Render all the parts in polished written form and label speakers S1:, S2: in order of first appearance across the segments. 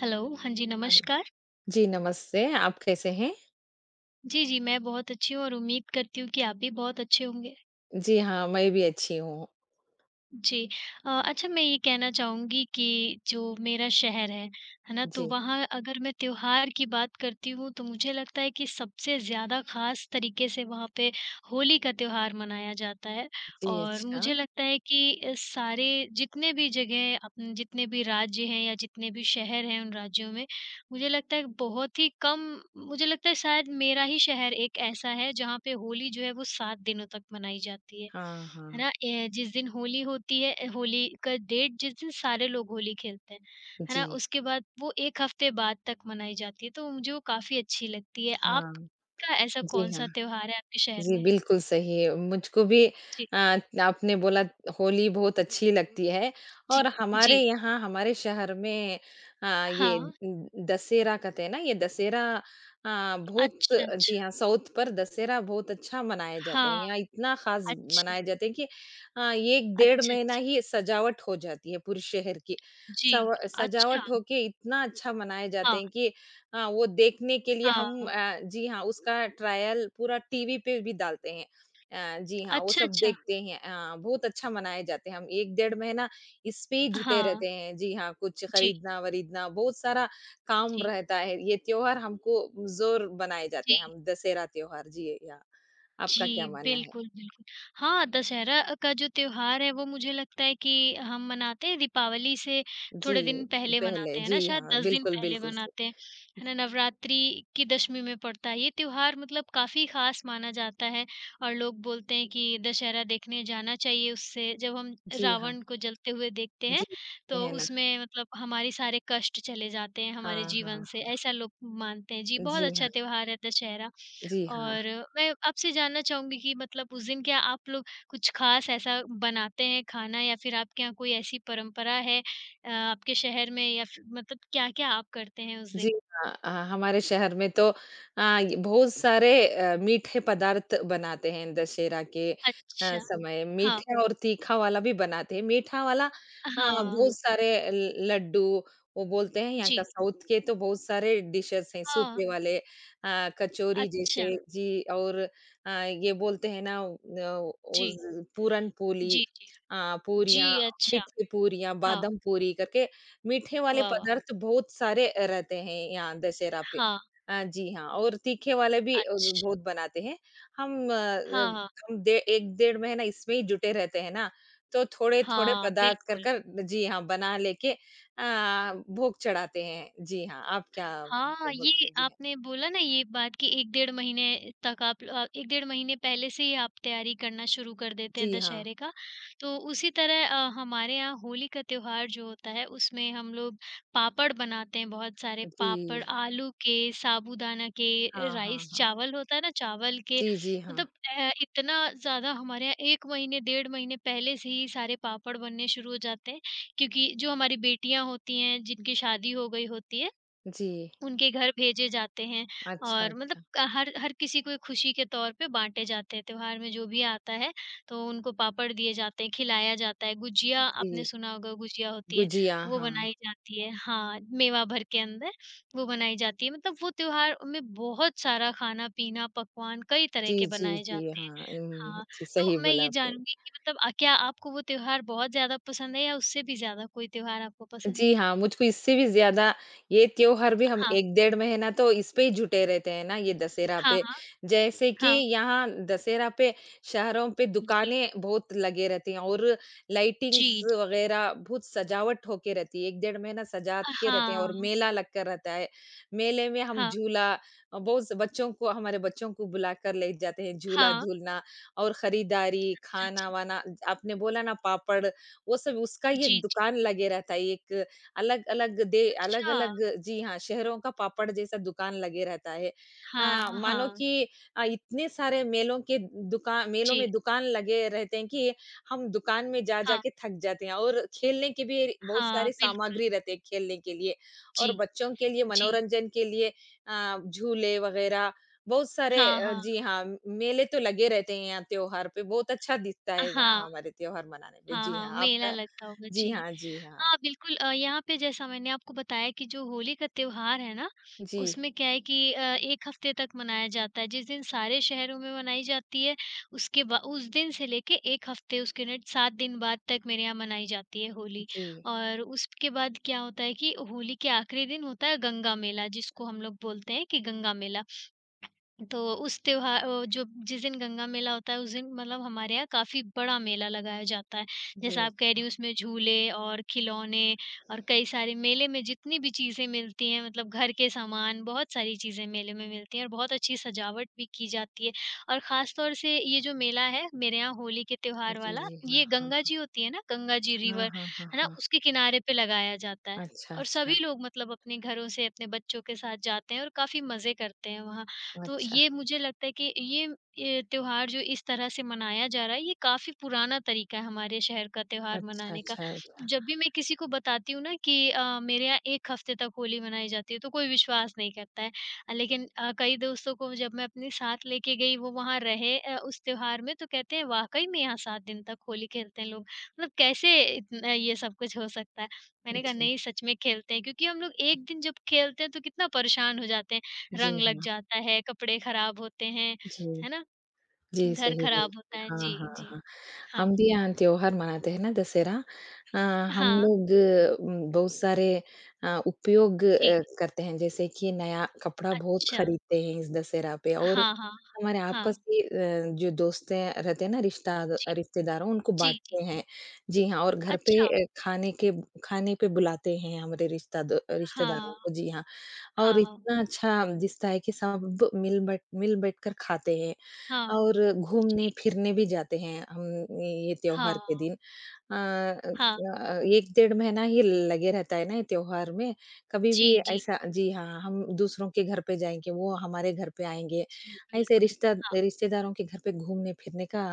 S1: Hello, हाँ जी,
S2: hello,
S1: नमस्कार।
S2: जी नमस्ते, आप कैसे हैं?
S1: जी, जी, मैं बहुत अच्छी हूँ और उम्मीद करती हूँ कि आप भी बहुत अच्छे होंगे।
S2: जी हाँ, मैं भी अच्छी हूँ।
S1: जी। अच्छा मैं ये कहना चाहूँगी कि जो मेरा शहर है ना? तो
S2: जी,
S1: वहाँ अगर मैं त्योहार की बात करती हूँ तो मुझे लगता है कि सबसे ज़्यादा ख़ास तरीके से वहाँ पे होली का त्योहार मनाया जाता है।
S2: जी
S1: और
S2: अच्छा।
S1: मुझे लगता है कि सारे जितने भी जगह अपन जितने भी राज्य हैं या जितने भी शहर हैं उन राज्यों में मुझे लगता है बहुत ही कम मुझे लगता है शायद मेरा ही शहर एक ऐसा है जहाँ पे होली जो है वो 7 दिनों तक मनाई जाती है।
S2: हाँ,
S1: है
S2: हाँ।
S1: ना? जिस दिन होली होती है होली का डेट जिस दिन सारे लोग होली खेलते हैं। है ना?
S2: जी,
S1: उसके बाद वो 1 हफ्ते बाद तक मनाई जाती है, तो मुझे वो काफ़ी अच्छी लगती है।
S2: हाँ।
S1: आपका ऐसा
S2: जी हाँ।
S1: कौन-सा त्योहार है आपके शहर
S2: जी,
S1: में?
S2: बिल्कुल सही। मुझको भी
S1: जी,
S2: आपने बोला होली बहुत अच्छी लगती है
S1: जी,
S2: और
S1: जी।
S2: हमारे यहाँ हमारे शहर में ये
S1: हाँ।
S2: दशहरा कहते हैं ना, ये दशहरा बहुत
S1: अच्छा,
S2: जी
S1: अच्छा।
S2: हाँ, साउथ पर दशहरा बहुत अच्छा मनाए जाते हैं।
S1: हाँ,
S2: यहाँ इतना ख़ास
S1: अच्छा।
S2: मनाए जाते हैं कि 1 डेढ़
S1: अच्छा,
S2: महीना
S1: अच्छा।
S2: ही सजावट हो जाती है पूरे शहर की।
S1: जी।
S2: सव
S1: अच्छा।
S2: सजावट होके इतना अच्छा मनाए जाते
S1: हाँ,
S2: हैं कि हाँ, वो देखने के लिए हम
S1: हाँ।
S2: जी हाँ, उसका ट्रायल पूरा टीवी पे भी डालते हैं। जी हाँ, वो
S1: अच्छा,
S2: सब
S1: अच्छा।
S2: देखते हैं। बहुत अच्छा मनाए जाते हैं। हम 1 डेढ़ महीना इस पे ही जुटे
S1: हाँ,
S2: रहते हैं। जी हाँ, कुछ
S1: जी,
S2: खरीदना-वरीदना बहुत सारा काम
S1: जी,
S2: रहता है। ये त्योहार हमको ज़ोर बनाए जाते
S1: जी।
S2: हैं, हम दशहरा त्योहार। जी या आपका क्या
S1: जी,
S2: मानना है?
S1: बिल्कुल, बिल्कुल। हाँ, दशहरा का जो त्योहार है वो मुझे लगता है कि हम मनाते हैं दीपावली से थोड़े
S2: जी,
S1: दिन पहले
S2: पहले
S1: मनाते हैं ना
S2: जी
S1: शायद
S2: हाँ,
S1: 10 दिन
S2: बिल्कुल,
S1: पहले
S2: बिल्कुल सही।
S1: मनाते हैं, है ना? नवरात्रि की दशमी में पड़ता है ये त्योहार मतलब काफ़ी ख़ास माना जाता है और लोग बोलते हैं कि दशहरा देखने जाना चाहिए उससे जब हम
S2: जी हाँ,
S1: रावण को जलते हुए देखते हैं,
S2: जी,
S1: तो
S2: कहना।
S1: उसमें मतलब हमारे सारे कष्ट चले जाते हैं हमारे
S2: हाँ,
S1: जीवन
S2: हाँ।
S1: से, ऐसा लोग मानते हैं। जी, बहुत
S2: जी हाँ,
S1: अच्छा त्योहार है दशहरा।
S2: जी हाँ।
S1: और मैं आपसे जानना चाहूँगी कि मतलब उस दिन क्या आप लोग कुछ ख़ास ऐसा बनाते हैं खाना या फिर आपके यहाँ कोई ऐसी परंपरा है आपके शहर में या फिर मतलब क्या-क्या आप करते हैं उस
S2: जी
S1: दिन?
S2: हाँ, हाँ, हमारे शहर में तो अ, ये बहुत सारे मीठे पदार्थ बनाते हैं दशहरा के
S1: अच्छा,
S2: समय
S1: हाँ,
S2: मीठे और तीखा वाला भी बनाते हैं। मीठा वाला बहुत
S1: हाँ,
S2: सारे ल लड्डू वो बोलते हैं यहाँ का
S1: जी,
S2: साउथ के तो बहुत सारे डिशेज़ हैं
S1: हाँ,
S2: सूखे वाले कचौरी
S1: अच्छा,
S2: जैसे जी और ये बोलते हैं ना न उस
S1: जी,
S2: पूरन पोली
S1: जी, जी,
S2: पूरियाँ,
S1: जी, अच्छा,
S2: मीठी पूरियाँ,
S1: हाँ,
S2: बादाम पूरी करके मीठे वाले
S1: वाह, वाह!
S2: पदार्थ बहुत सारे रहते हैं यहाँ दशहरा पे।
S1: हाँ,
S2: जी हाँ, और तीखे वाले भी अ, ज
S1: अच्छा,
S2: बहुत बनाते हैं। हम अ अ,
S1: हाँ, हाँ,
S2: हम डे 1 डेढ़ महीना इसमें ही जुटे रहते हैं ना, तो थोड़े-थोड़े
S1: हाँ,
S2: पदार्थ कर,
S1: बिल्कुल।
S2: कर जी हाँ, बना लेके भोग चढ़ाते हैं। जी हाँ, आप क्या क्या
S1: हाँ,
S2: बोलते
S1: ये
S2: हैं? जी हाँ।
S1: आपने बोला ना ये बात कि 1 डेढ़ महीने तक आप 1 डेढ़ महीने पहले से ही आप तैयारी करना शुरू कर देते हैं
S2: जी हाँ।
S1: दशहरे का। तो उसी तरह हमारे यहाँ होली का त्योहार जो होता है उसमें हम लोग पापड़ बनाते हैं बहुत सारे पापड़,
S2: जी।
S1: आलू के, साबूदाना के,
S2: हाँ, हाँ,
S1: राइस
S2: हाँ।
S1: चावल होता है ना चावल के
S2: जी, जी, हाँ।
S1: मतलब इतना ज़्यादा हमारे यहाँ 1 महीने डेढ़ महीने पहले से ही सारे पापड़ बनने शुरू हो जाते हैं। क्योंकि जो हमारी बेटियाँ होती हैं जिनकी शादी हो गई होती है
S2: जी।
S1: उनके घर भेजे जाते हैं
S2: अच्छा,
S1: और मतलब
S2: अच्छा।
S1: क हर हर किसी को एक खुशी के तौर पे बाँटे जाते हैं। त्योहार में जो भी आता है, तो उनको पापड़ दिए जाते हैं, खिलाया जाता है। गुजिया
S2: जी।
S1: आपने सुना होगा गुजिया होती है,
S2: गुजिया,
S1: वो
S2: हाँ।
S1: बनाई जाती है हाँ, मेवा भर के अंदर वो बनाई जाती है। मतलब वो त्योहार में बहुत सारा खाना-पीना, पकवान कई तरह
S2: जी,
S1: के
S2: जी,
S1: बनाए
S2: जी,
S1: जाते हैं।
S2: हाँ।
S1: हाँ,
S2: जी, सही
S1: तो मैं
S2: बोला
S1: ये
S2: आपने।
S1: जानूँगी कि मतलब क्या आपको वो त्योहार बहुत ज़्यादा पसंद है या उससे भी ज़्यादा कोई त्योहार आपको पसंद
S2: जी
S1: है?
S2: हाँ, मुझको इससे भी ज़्यादा ये त्योहार भी हम
S1: हाँ।
S2: 1 डेढ़ महीना तो इस पे ही जुटे रहते हैं ना, ये दशहरा
S1: हाँ,
S2: पे।
S1: हाँ,
S2: जैसे कि
S1: हाँ।
S2: यहाँ दशहरा पे शहरों पे
S1: जी।
S2: दुकानें बहुत लगे रहती हैं और लाइटिंग्स
S1: जी।
S2: वग़ैरह बहुत सजावट होके रहती है, 1 डेढ़ महीना सजा के रहते हैं और
S1: हाँ,
S2: मेला लगकर रहता है। मेले में हम
S1: हाँ,
S2: झूला बहुत से बच्चों को हमारे बच्चों को बुलाकर ले जाते हैं, झूला
S1: हाँ,
S2: झूलना और खरीदारी,
S1: अच्छा, अच्छा।
S2: खाना-वाना आपने बोला ना पापड़ वो सब उसका ही
S1: जी,
S2: एक
S1: जी।
S2: दुकान लगे रहता है, एक अलग-अलग दे
S1: अच्छा,
S2: अलग-अलग जी हाँ, शहरों का पापड़ जैसा दुकान लगे रहता है।
S1: हाँ,
S2: मानो
S1: हाँ,
S2: कि इतने सारे मेलों के दुका मेलों
S1: जी,
S2: में दुकान लगे रहते हैं कि हम दुकान में जा जा
S1: हाँ,
S2: के थक जाते हैं और खेलने की भी बहुत
S1: हाँ,
S2: सारी
S1: बिल्कुल।
S2: सामग्री रहते हैं खेलने के लिए
S1: जी,
S2: और बच्चों के लिए
S1: जी।
S2: मनोरंजन के लिए झूले वगैरह बहुत सारे
S1: हाँ, हाँ,
S2: जी हाँ, मेले तो लगे रहते हैं यहाँ त्योहार पे, बहुत अच्छा दिखता है यहाँ
S1: हाँ,
S2: हमारे त्योहार मनाने पे।
S1: हाँ,
S2: जी
S1: हाँ,
S2: हाँ,
S1: मेला
S2: आपका
S1: लगता होगा।
S2: जी
S1: जी।
S2: हाँ, जी हाँ।
S1: हाँ, बिल्कुल यहाँ पे जैसा मैंने आपको बताया कि जो होली का त्योहार है ना,
S2: जी,
S1: उसमें क्या है कि 1 हफ्ते तक मनाया जाता है। जिस दिन सारे शहरों में मनाई जाती है, उसके बा उस दिन से लेके 1 हफ्ते उसके नेक्स्ट 7 दिन बाद तक मेरे यहाँ मनाई जाती है होली।
S2: जी,
S1: और उसके बाद क्या होता है कि होली के आखिरी दिन होता है गंगा मेला, जिसको हम लोग बोलते हैं कि गंगा मेला। तो उस त्योहार जो जिस दिन गंगा मेला होता है उस दिन मतलब हमारे यहाँ काफ़ी बड़ा मेला लगाया जाता है।
S2: जी,
S1: जैसा आप कह रही
S2: अच्छा।
S1: हो उसमें झूले और खिलौने और कई सारे मेले में जितनी भी चीज़ें मिलती हैं मतलब घर के सामान बहुत सारी चीज़ें मेले में मिलती हैं और बहुत अच्छी सजावट भी की जाती है। और ख़ास तौर से ये जो मेला है मेरे यहाँ होली के त्योहार
S2: जी,
S1: वाला
S2: जी, हाँ,
S1: ये गंगा
S2: हाँ।
S1: जी होती है ना गंगा जी
S2: हाँ,
S1: रिवर
S2: हाँ, हाँ,
S1: है ना
S2: हाँ।
S1: उसके किनारे पे लगाया जाता है।
S2: अच्छा,
S1: और सभी
S2: अच्छा,
S1: लोग मतलब अपने घरों से अपने बच्चों के साथ जाते हैं और काफ़ी मज़े करते हैं वहाँ। तो
S2: अच्छा,
S1: ये मुझे लगता है कि ये त्योहार जो इस तरह से मनाया जा रहा है, ये काफ़ी पुराना तरीका है हमारे शहर का त्योहार
S2: अच्छा,
S1: मनाने का।
S2: अच्छा,
S1: जब भी मैं किसी को बताती हूँ ना कि मेरे यहाँ 1 हफ्ते तक होली मनाई जाती है, तो कोई विश्वास नहीं करता है। लेकिन कई दोस्तों को जब मैं अपने साथ लेके गई, वो वहाँ रहे उस त्योहार में, तो कहते हैं, "वाक़ई में यहाँ 7 दिन तक होली खेलते हैं लोग। मतलब कैसे इतना ये सब कुछ हो सकता है?" मैंने कहा,
S2: अच्छा।
S1: "नहीं, सच में खेलते हैं, क्योंकि हम लोग 1 दिन जब खेलते हैं, तो कितना परेशान हो जाते हैं।"
S2: जी, जी,
S1: रंग लग
S2: हाँ,
S1: जाता है, कपड़े खराब होते हैं,
S2: जी।
S1: है ना?
S2: जी,
S1: घर
S2: सही बोला
S1: खराब
S2: आपने।
S1: होता है।
S2: हाँ,
S1: जी,
S2: हाँ,
S1: जी।
S2: हाँ।
S1: हाँ,
S2: हम भी यहाँ त्योहार मनाते हैं ना दशहरा। अ, हम
S1: हाँ,
S2: लोग बहुत सारे उपयोग
S1: जी।
S2: करते हैं जैसे कि नया कपड़ा बहुत
S1: अच्छा।
S2: खरीदते हैं इस दशहरा पे और
S1: हाँ, हाँ,
S2: हमारे आपस
S1: हाँ।
S2: की जो दोस्तें रहते हैं ना रिश्ताद
S1: जी,
S2: रिश्तेदार उनको
S1: जी, जी।
S2: बाँटते हैं। जी हाँ, और घर पे
S1: अच्छा।
S2: खाने पे बुलाते हैं हमारे रिश्ताद
S1: हाँ,
S2: रिश्तेदारों को जी हाँ। और
S1: हाँ, हाँ।
S2: इतना अच्छा दिखता है कि सब मिल बैठकर खाते हैं।
S1: हाँ,
S2: और
S1: जी।
S2: घूमने-फिरने भी जाते हैं हम ये त्योहार
S1: हाँ,
S2: के दिन।
S1: हाँ।
S2: 1 डेढ़ महीना ही लगे रहता है ना ये त्योहार में, कभी
S1: जी,
S2: भी
S1: जी,
S2: ऐसा जी हाँ, हम दूसरों के घर पे जाएँगे, वो हमारे घर पे आएँगे।
S1: जी,
S2: ऐसे
S1: बिल्कुल।
S2: रिश्ता
S1: हाँ,
S2: रिश्तेदारों के घर पे घूमने-फिरने का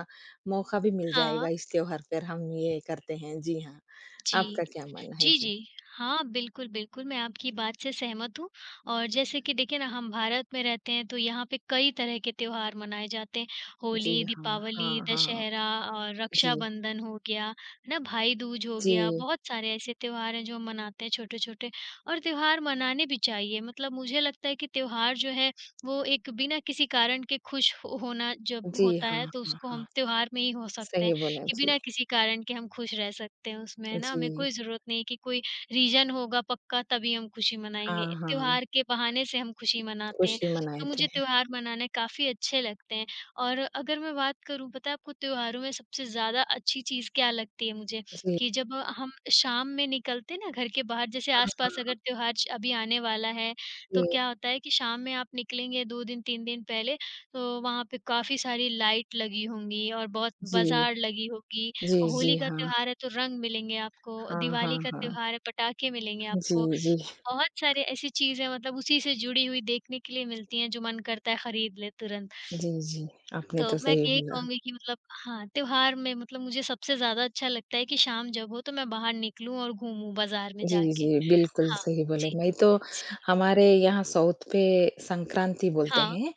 S2: मौका भी मिल
S1: हाँ,
S2: जाएगा इस त्योहार पर हम ये करते हैं। जी हाँ,
S1: जी।
S2: आपका क्या मानना है?
S1: जी,
S2: जी।
S1: जी। हाँ, बिल्कुल, बिल्कुल, मैं आपकी बात से सहमत हूँ और जैसे कि देखिए ना हम भारत में रहते हैं तो यहाँ पे कई तरह के त्योहार मनाए जाते हैं। होली,
S2: जी हाँ,
S1: दीपावली,
S2: हाँ, हाँ।
S1: दशहरा और
S2: जी,
S1: रक्षाबंधन हो गया, है ना? भाई-दूज हो गया,
S2: जी।
S1: बहुत सारे ऐसे त्योहार हैं जो हम मनाते हैं छोटे-छोटे और त्योहार मनाने भी चाहिए। मतलब मुझे लगता है कि त्योहार जो है वो एक बिना किसी कारण के खुश हो होना जब
S2: जी,
S1: होता
S2: हाँ,
S1: है तो
S2: हाँ,
S1: उसको हम
S2: हाँ।
S1: त्योहार में ही हो सकते
S2: सही
S1: हैं।
S2: बोला।
S1: कि
S2: जी,
S1: बिना किसी कारण के हम खुश रह सकते हैं उसमें, है ना? हमें
S2: जी।
S1: कोई ज़रूरत नहीं है कि कोई रीज़न होगा पक्का तभी हम खुशी मनाएँगे।
S2: हाँ, हाँ।
S1: त्योहार के बहाने से हम खुशी मनाते हैं,
S2: खुशी मनाए
S1: तो
S2: थे।
S1: मुझे त्योहार मनाने काफ़ी अच्छे लगते हैं। और अगर मैं बात करूँ पता है आपको त्योहारों में सबसे ज़्यादा अच्छी चीज़ क्या लगती है मुझे,
S2: जी,
S1: कि जब हम शाम में निकलते हैं ना घर के बाहर जैसे आस-पास अगर त्योहार च अभी आने वाला है, तो
S2: जी,
S1: क्या होता है कि शाम में आप निकलेंगे 2 दिन 3 दिन पहले तो वहाँ पे काफ़ी सारी लाइट लगी होंगी और बहुत
S2: जी,
S1: बाज़ार लगी होगी।
S2: जी,
S1: होली
S2: जी,
S1: का
S2: हाँ।
S1: त्योहार है तो रंग मिलेंगे आपको,
S2: हाँ,
S1: दिवाली
S2: हाँ,
S1: का
S2: हाँ।
S1: त्योहार है पटाखे मिलेंगे
S2: जी,
S1: आपको।
S2: जी,
S1: बहुत सारे ऐसी चीज़ें मतलब उसी से जुड़ी हुई देखने के लिए मिलती हैं जो मन करता है खरीद ले तुरंत।
S2: जी, जी। आपने
S1: तो
S2: तो
S1: मैं
S2: सही
S1: यही
S2: बोला।
S1: कहूँगी कि मतलब हाँ, त्योहार में मतलब मुझे सबसे ज़्यादा अच्छा लगता है कि शाम जब हो तो मैं बाहर निकलूँ और घूमूँ बाज़ार में
S2: जी,
S1: जाके।
S2: जी, बिल्कुल
S1: हाँ,
S2: सही बोले।
S1: जी,
S2: मैं तो
S1: जी, जी।
S2: हमारे यहाँ साउथ पे संक्रांति बोलते
S1: हाँ,
S2: हैं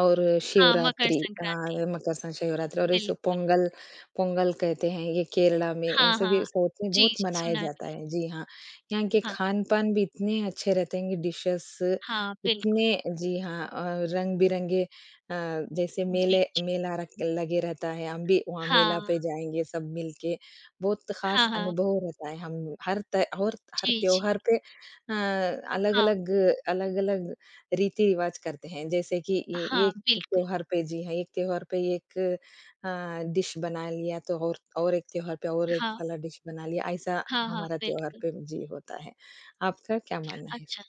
S2: और
S1: हाँ, मकर
S2: शिवरात्रि अ,
S1: संक्रांति,
S2: मकर सं शिवरात्रि और इसे
S1: बिल्कुल।
S2: पोंगल पोंगल कहते हैं, ये केरला में
S1: हाँ,
S2: ऐसे
S1: हाँ।
S2: भी साउथ में
S1: जी,
S2: बहुत
S1: जी,
S2: मनाया
S1: सुना है।
S2: जाता है। जी हाँ, यहाँ के
S1: हाँ।
S2: खान-पान भी इतने अच्छे रहते हैं कि डिशेज़
S1: हाँ,
S2: उतने
S1: बिल्कुल।
S2: जी हाँ रंग-बिरंगे जैसे
S1: जी,
S2: मेले
S1: जी।
S2: मेला रख लगे रहता है, हम भी वहाँ मेला
S1: हाँ,
S2: पे जाएँगे सब मिलके बहुत ख़ास
S1: हाँ, हाँ।
S2: अनुभव रहता है, हम हर त और हर
S1: जी, जी।
S2: त्योहार पे
S1: हाँ,
S2: अलग-अलग अलग-अलग रीति-रिवाज करते हैं, जैसे कि ये
S1: हाँ,
S2: एक
S1: बिल्कुल।
S2: त्योहार पे जी हाँ, एक त्योहार पे एक डिश बना लिया तो और एक त्योहार पे और एक
S1: हाँ,
S2: वाला डिश बना लिया, ऐसा
S1: हाँ, हाँ,
S2: हमारा त्योहार
S1: बिल्कुल।
S2: पे जी होता है। आपका क्या मानना है
S1: अच्छा
S2: इसका?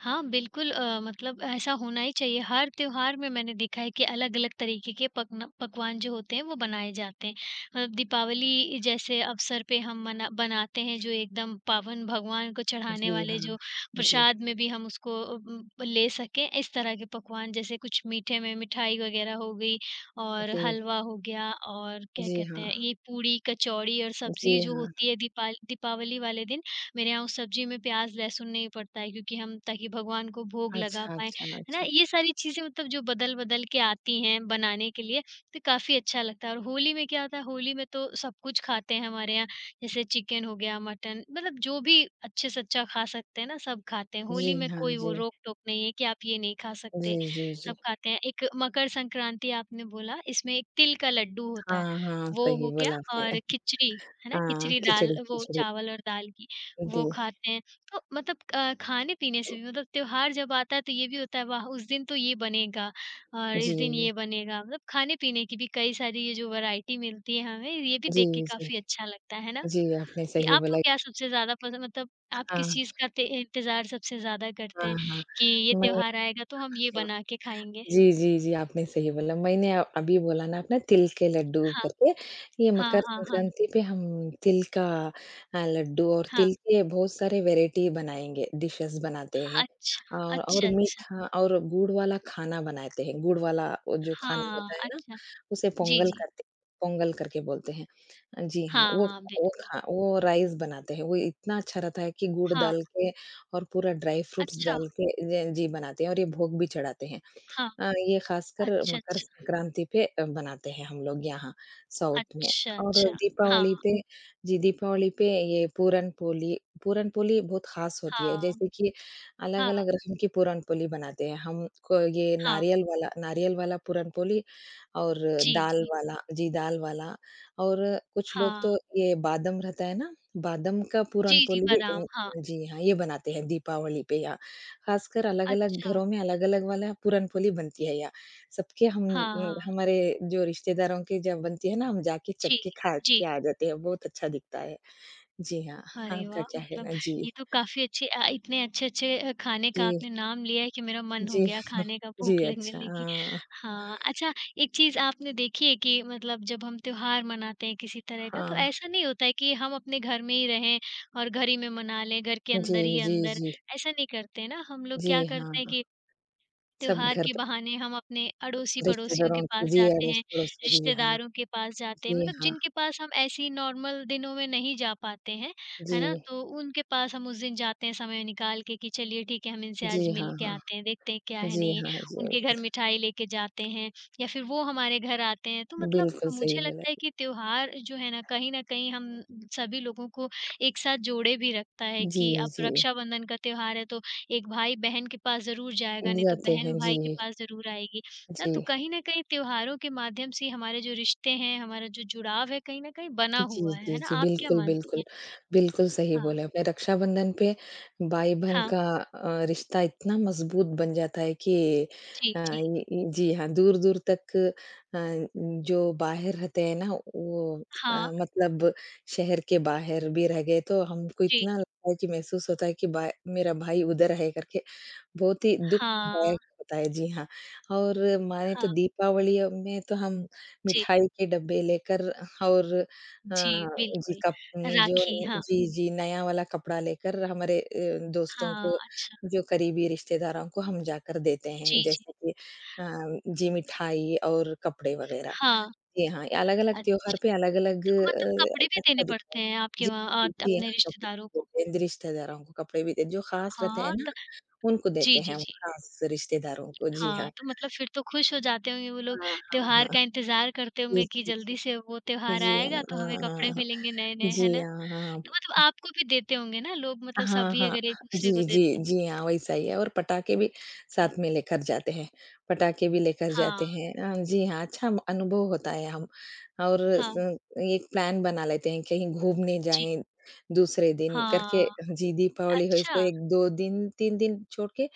S1: हाँ, बिल्कुल मतलब ऐसा होना ही चाहिए। हर त्योहार में मैंने देखा है कि अलग-अलग तरीके के पकना पकवान जो होते हैं वो बनाए जाते हैं। मतलब दीपावली जैसे अवसर पे हम मना बनाते हैं जो एकदम पावन भगवान को चढ़ाने
S2: जी
S1: वाले
S2: हाँ,
S1: जो
S2: जी,
S1: प्रसाद में भी हम उसको ले सकें इस तरह के पकवान जैसे कुछ मीठे में मिठाई वग़ैरह हो गई और
S2: जी,
S1: हलवा हो गया और क्या
S2: जी
S1: कहते
S2: हाँ,
S1: हैं ये पूड़ी, कचौड़ी और
S2: जी
S1: सब्ज़ी जो
S2: हाँ।
S1: होती है दीपाल दीपावली वाले दिन मेरे यहाँ उस सब्ज़ी में प्याज़, लहसुन नहीं पड़ता है क्योंकि हम ताकि भगवान को भोग लगा
S2: अच्छा,
S1: पाएँ,
S2: अच्छा,
S1: है ना?
S2: अच्छा।
S1: ये सारी चीज़ें मतलब जो बदल-बदल के आती हैं बनाने के लिए, तो काफ़ी अच्छा लगता है और होली में क्या होता है, होली में तो सब कुछ खाते हैं हमारे यहाँ, जैसे चिकन हो गया, मटन मतलब जो भी अच्छे से अच्छा खा सकते हैं ना, सब खाते हैं।
S2: जी
S1: होली में
S2: हाँ,
S1: कोई वो
S2: जी।
S1: रोक-टोक नहीं है कि आप ये नहीं खा
S2: जी,
S1: सकते,
S2: जी, जी।
S1: सब खाते हैं। एक मकर संक्रांति आपने बोला, इसमें एक तिल का लड्डू होता है,
S2: हाँ, हाँ,
S1: वो
S2: सही
S1: हो गया
S2: बोला आपने।
S1: और खिचड़ी, है ना?
S2: हाँ,
S1: खिचड़ी दाल
S2: खिचड़ी,
S1: वो
S2: खिचड़ी।
S1: चावल और दाल की।
S2: जी,
S1: वो खाते हैं। तो मतलब खाने-पीने से भी मतलब त्योहार जब आता है तो ये भी होता है वाह! उस दिन तो ये बनेगा और इस दिन
S2: जी,
S1: ये बनेगा। मतलब खाने-पीने की भी कई सारी ये जो वैरायटी मिलती है हमें ये भी
S2: जी,
S1: देख के
S2: जी।
S1: काफ़ी अच्छा लगता है ना?
S2: जी, आपने
S1: जी,
S2: सही
S1: आपको
S2: बोला।
S1: क्या सबसे ज़्यादा पसंद मतलब आप किस
S2: हाँ,
S1: चीज़ का ते इंतज़ार सबसे ज़्यादा
S2: हाँ,
S1: करते हैं
S2: हाँ।
S1: कि ये
S2: मैं
S1: त्योहार आएगा तो हम ये बना के खाएँगे?
S2: जी, जी, जी, आपने सही बोला। मैंने अभी बोला ना अपना तिल के लड्डू
S1: हाँ,
S2: करके, ये
S1: हाँ,
S2: मकर
S1: हाँ, हाँ,
S2: संक्रांति पे हम तिल का लड्डू और
S1: हाँ।
S2: तिल के बहुत सारे वैरायटी बनाएँगे, डिशेज़ बनाते हैं।
S1: अच्छा,
S2: और
S1: अच्छा, अच्छा।
S2: मीठा और गुड़ वाला खाना बनाते हैं, गुड़ वाला वो जो खाना
S1: हाँ,
S2: होता है ना,
S1: अच्छा।
S2: उसे
S1: जी, जी।
S2: पोंगल करके बोलते हैं। जी हाँ,
S1: हाँ,
S2: वो
S1: हाँ,
S2: वो
S1: बिल्कुल।
S2: खा वो राइस बनाते हैं, वो इतना अच्छा रहता है कि गुड़
S1: हाँ,
S2: डाल के और पूरा ड्राई फ्रूट्स
S1: अच्छा।
S2: डाल के ज जी बनाते हैं और ये भोग भी चढ़ाते हैं।
S1: हाँ,
S2: ये ख़ासकर
S1: अच्छा,
S2: मकर
S1: अच्छा।
S2: संक्रांति पे बनाते हैं हम लोग यहाँ साउथ में
S1: अच्छा,
S2: और
S1: अच्छा। हाँ,
S2: दीपावली पे जी, दीपावली पे ये पूरन पोली बहुत ख़ास होती है,
S1: हाँ,
S2: जैसे कि
S1: हाँ,
S2: अलग-अलग रकम की पूरन पोली बनाते हैं। हम को ये
S1: हाँ।
S2: नारियल वाला पूरन पोली और
S1: जी,
S2: दाल
S1: जी।
S2: वाला जी, दाल वाला और कुछ लोग
S1: हाँ।
S2: तो ये बादाम रहता है ना, बादाम का पूरन
S1: जी, जी,
S2: पोली भी
S1: बादाम, हाँ।
S2: जी हाँ, ये बनाते हैं दीपावली पे या ख़ासकर अलग-अलग
S1: अच्छा।
S2: घरों में अलग-अलग वाला पूरन-पोली बनती है या सबके हम
S1: हाँ, हाँ।
S2: हमारे जो रिश्तेदारों की जब बनती है ना, हम जाके चख
S1: जी,
S2: के खा
S1: जी।
S2: के आ जाते हैं, बहुत अच्छा दिखता है। जी हाँ,
S1: अरे
S2: आपका
S1: वाह!
S2: क्या
S1: मतलब
S2: कहना? जी,
S1: ये तो काफ़ी अच्छे इतने अच्छे-अच्छे खाने का
S2: जी,
S1: आपने नाम लिया है कि मेरा मन हो
S2: जी,
S1: गया खाने का,
S2: जी,
S1: भूख लगने
S2: अच्छा,
S1: लगी।
S2: हाँ,
S1: हाँ, अच्छा एक चीज़ आपने देखी है कि मतलब जब हम त्योहार मनाते हैं किसी तरह का, तो
S2: हाँ।
S1: ऐसा नहीं होता है कि हम अपने घर में ही रहें और घर ही में मना लें, घर के
S2: जी,
S1: अंदर ही
S2: जी,
S1: अंदर,
S2: जी,
S1: ऐसा नहीं करते ना। हम लोग
S2: जी,
S1: क्या
S2: हाँ,
S1: करते हैं
S2: हाँ।
S1: कि
S2: सब
S1: त्योहार
S2: घर
S1: के
S2: पे
S1: बहाने हम अपने अड़ोसी-पड़ोसियों
S2: रिश्तेदारों
S1: के
S2: की
S1: पास
S2: जी,
S1: जाते हैं,
S2: अड़ोस-पड़ोस की, जी हाँ,
S1: रिश्तेदारों के पास जाते हैं,
S2: जी
S1: मतलब
S2: हाँ,
S1: जिनके पास हम ऐसे ही नॉर्मल दिनों में नहीं जा पाते हैं, है ना?
S2: जी,
S1: तो उनके पास हम उस दिन जाते हैं समय निकाल के कि चलिए ठीक है, हम इनसे
S2: जी
S1: आज
S2: हाँ,
S1: मिल के
S2: हाँ,
S1: आते हैं, देखते हैं क्या है,
S2: जी
S1: नहीं है।
S2: हाँ, जी,
S1: उनके घर मिठाई लेके जाते हैं या फिर वो हमारे घर आते हैं। तो मतलब
S2: बिल्कुल सही
S1: मुझे
S2: बोला।
S1: लगता है कि त्योहार जो है ना, कहीं न कहीं हम सभी लोगों को एक साथ जोड़े भी रखता है
S2: जी,
S1: कि अब
S2: जी,
S1: रक्षाबंधन का त्योहार है तो एक भाई-बहन के पास ज़रूर जाएगा, नहीं तो
S2: जाते
S1: बहन
S2: हैं,
S1: भाई के
S2: जी,
S1: पास ज़रूर आएगी। ना
S2: जी।
S1: तो कहीं न कहीं त्योहारों के माध्यम से हमारे जो रिश्ते हैं, हमारा जो जुड़ाव है, कहीं न कहीं बना
S2: जी,
S1: हुआ
S2: जी,
S1: है ना?
S2: जी।
S1: आप क्या
S2: बिल्कुल,
S1: मानती
S2: बिल्कुल।
S1: हैं?
S2: बिल्कुल सही
S1: हाँ,
S2: बोले आपने। रक्षाबंधन पे भाई-बहन
S1: हाँ,
S2: का रिश्ता इतना मज़बूत बन जाता है कि
S1: जी,
S2: अ,
S1: जी।
S2: इ इ जी हाँ, दूर-दूर तक जो बाहर रहते हैं ना वो
S1: हाँ,
S2: मतलब शहर के बाहर भी रह गए तो हमको
S1: जी,
S2: इतना लगता है कि महसूस होता है कि बा मेरा भाई उधर है करके, बहुत ही
S1: हाँ,
S2: दुःखदायक होता है। जी हाँ। और माने तो
S1: हाँ,
S2: दीपावली में तो हम
S1: जी,
S2: मिठाई के डब्बे लेकर और
S1: जी,
S2: हाँ, जी
S1: बिल्कुल। राखी,
S2: जो
S1: हाँ,
S2: जी, जी, नया वाला कपड़ा लेकर हमारे दोस्तों
S1: हाँ,
S2: को,
S1: अच्छा,
S2: जो करीबी रिश्तेदारों को हम जाकर देते हैं,
S1: जी, जी,
S2: जैसे कि जी मिठाई और कपड़े वगैरह।
S1: हाँ,
S2: जी हाँ, अलग-अलग त्योहार
S1: अच्छा।
S2: पे अलग-अलग
S1: तो मतलब कपड़े भी
S2: अच्छा
S1: देने
S2: दिखता है।
S1: पड़ते हैं आपके
S2: जी,
S1: वहाँ
S2: जी
S1: अपने
S2: हाँ, कपड़े
S1: रिश्तेदारों
S2: भी
S1: को?
S2: देते हैं, रिश्तेदारों को कपड़े भी दे जो खास रहते हैं
S1: हाँ,
S2: ना,
S1: त
S2: उनको
S1: जी,
S2: देते हैं
S1: जी,
S2: हम
S1: जी।
S2: खास रिश्तेदारों को, जी
S1: हाँ,
S2: हाँ।
S1: तो मतलब फिर तो खुश हो जाते होंगे वो लोग,
S2: हाँ, हाँ,
S1: त्योहार
S2: हाँ।
S1: का इंतज़ार करते
S2: जी,
S1: होंगे कि
S2: जी,
S1: जल्दी से
S2: जी।
S1: वो त्योहार
S2: जी
S1: आएगा तो
S2: हाँ,
S1: हमें
S2: हाँ,
S1: कपड़े
S2: हाँ, हाँ।
S1: मिलेंगे नए-नए, है
S2: जी
S1: ना?
S2: हाँ, हाँ। हाँ।
S1: तो मतलब आपको भी देते होंगे ना लोग मतलब
S2: हाँ,
S1: सभी
S2: हाँ।
S1: अगर एक-दूसरे को
S2: जी, जी,
S1: देते हैं?
S2: जी हाँ, वैसा ही है और पटाखे भी
S1: हाँ,
S2: साथ में लेकर जाते हैं। पटाखे भी लेकर जाते
S1: हाँ,
S2: हैं जी हाँ, अच्छा अनुभव होता है हम और
S1: हाँ,
S2: स एक प्लान बना लेते हैं कहीं घूमने
S1: जी।
S2: जाएँ दूसरे दिन करके
S1: हाँ,
S2: जी, दीपावली हो तो
S1: अच्छा।
S2: 1-2 दिन, 3 दिन छोड़ के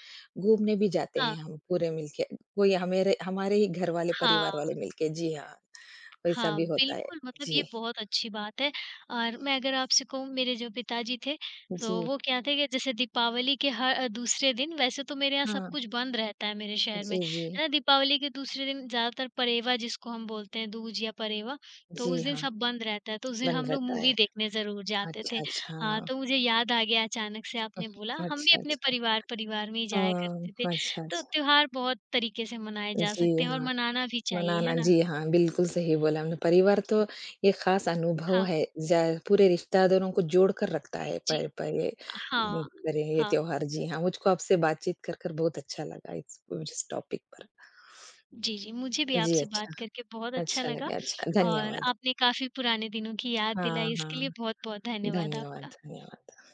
S2: घूमने भी जाते हैं
S1: हाँ,
S2: हम पूरे मिलके। कोई हमेरे हमारे ही घर वाले परिवार
S1: हाँ।
S2: वाले मिलके जी हाँ, वैसा
S1: हाँ,
S2: भी होता है।
S1: बिल्कुल मतलब ये
S2: जी,
S1: बहुत अच्छी बात है और मैं अगर आपसे कहूँ मेरे जो पिताजी थे, तो
S2: जी।
S1: वो क्या थे कि जैसे दीपावली के हर दूसरे दिन वैसे तो मेरे यहाँ सब
S2: हाँ,
S1: कुछ बंद रहता है मेरे शहर में,
S2: जी, जी।
S1: है ना? दीपावली के दूसरे दिन ज़्यादातर परेवा जिसको हम बोलते हैं दूज या परेवा, तो उस
S2: जी
S1: दिन
S2: हाँ,
S1: सब बंद रहता है, तो उस दिन
S2: बंद
S1: हम लोग
S2: रहता
S1: मूवी
S2: है।
S1: देखने ज़रूर जाते
S2: अच्छा,
S1: थे।
S2: अच्छा।
S1: हाँ, तो मुझे याद आ गया अचानक से आपने बोला, हम भी
S2: अच्छा,
S1: अपने
S2: अच्छा।
S1: परिवार परिवार में ही जाया करते थे,
S2: हाँ, अच्छा,
S1: तो
S2: अच्छा।
S1: त्योहार बहुत तरीके से मनाए जा
S2: जी
S1: सकते हैं और
S2: हाँ,
S1: मनाना भी चाहिए, है
S2: मनाना
S1: ना?
S2: जी हाँ, बिल्कुल सही बोला आपने। परिवार
S1: जी,
S2: तो ये ख़ास अनुभव
S1: हाँ,
S2: है, जा पूरे रिश्तेदारों को जोड़कर रखता है
S1: जी।
S2: पर पर ये
S1: हाँ,
S2: उम, पर ये
S1: हाँ।
S2: त्योहार जी हाँ, मुझको आपसे बातचीत कर कर बहुत अच्छा लगा इस टॉपिक पर।
S1: जी, जी, मुझे भी
S2: जी,
S1: आपसे
S2: अच्छा,
S1: बात करके बहुत अच्छा
S2: अच्छा
S1: लगा
S2: लगा, अच्छा,
S1: और
S2: धन्यवाद।
S1: आपने काफ़ी पुराने दिनों की याद
S2: हाँ,
S1: दिलाई इसके
S2: हाँ,
S1: लिए बहुत-बहुत धन्यवाद
S2: धन्यवाद,
S1: आपका।
S2: धन्यवाद।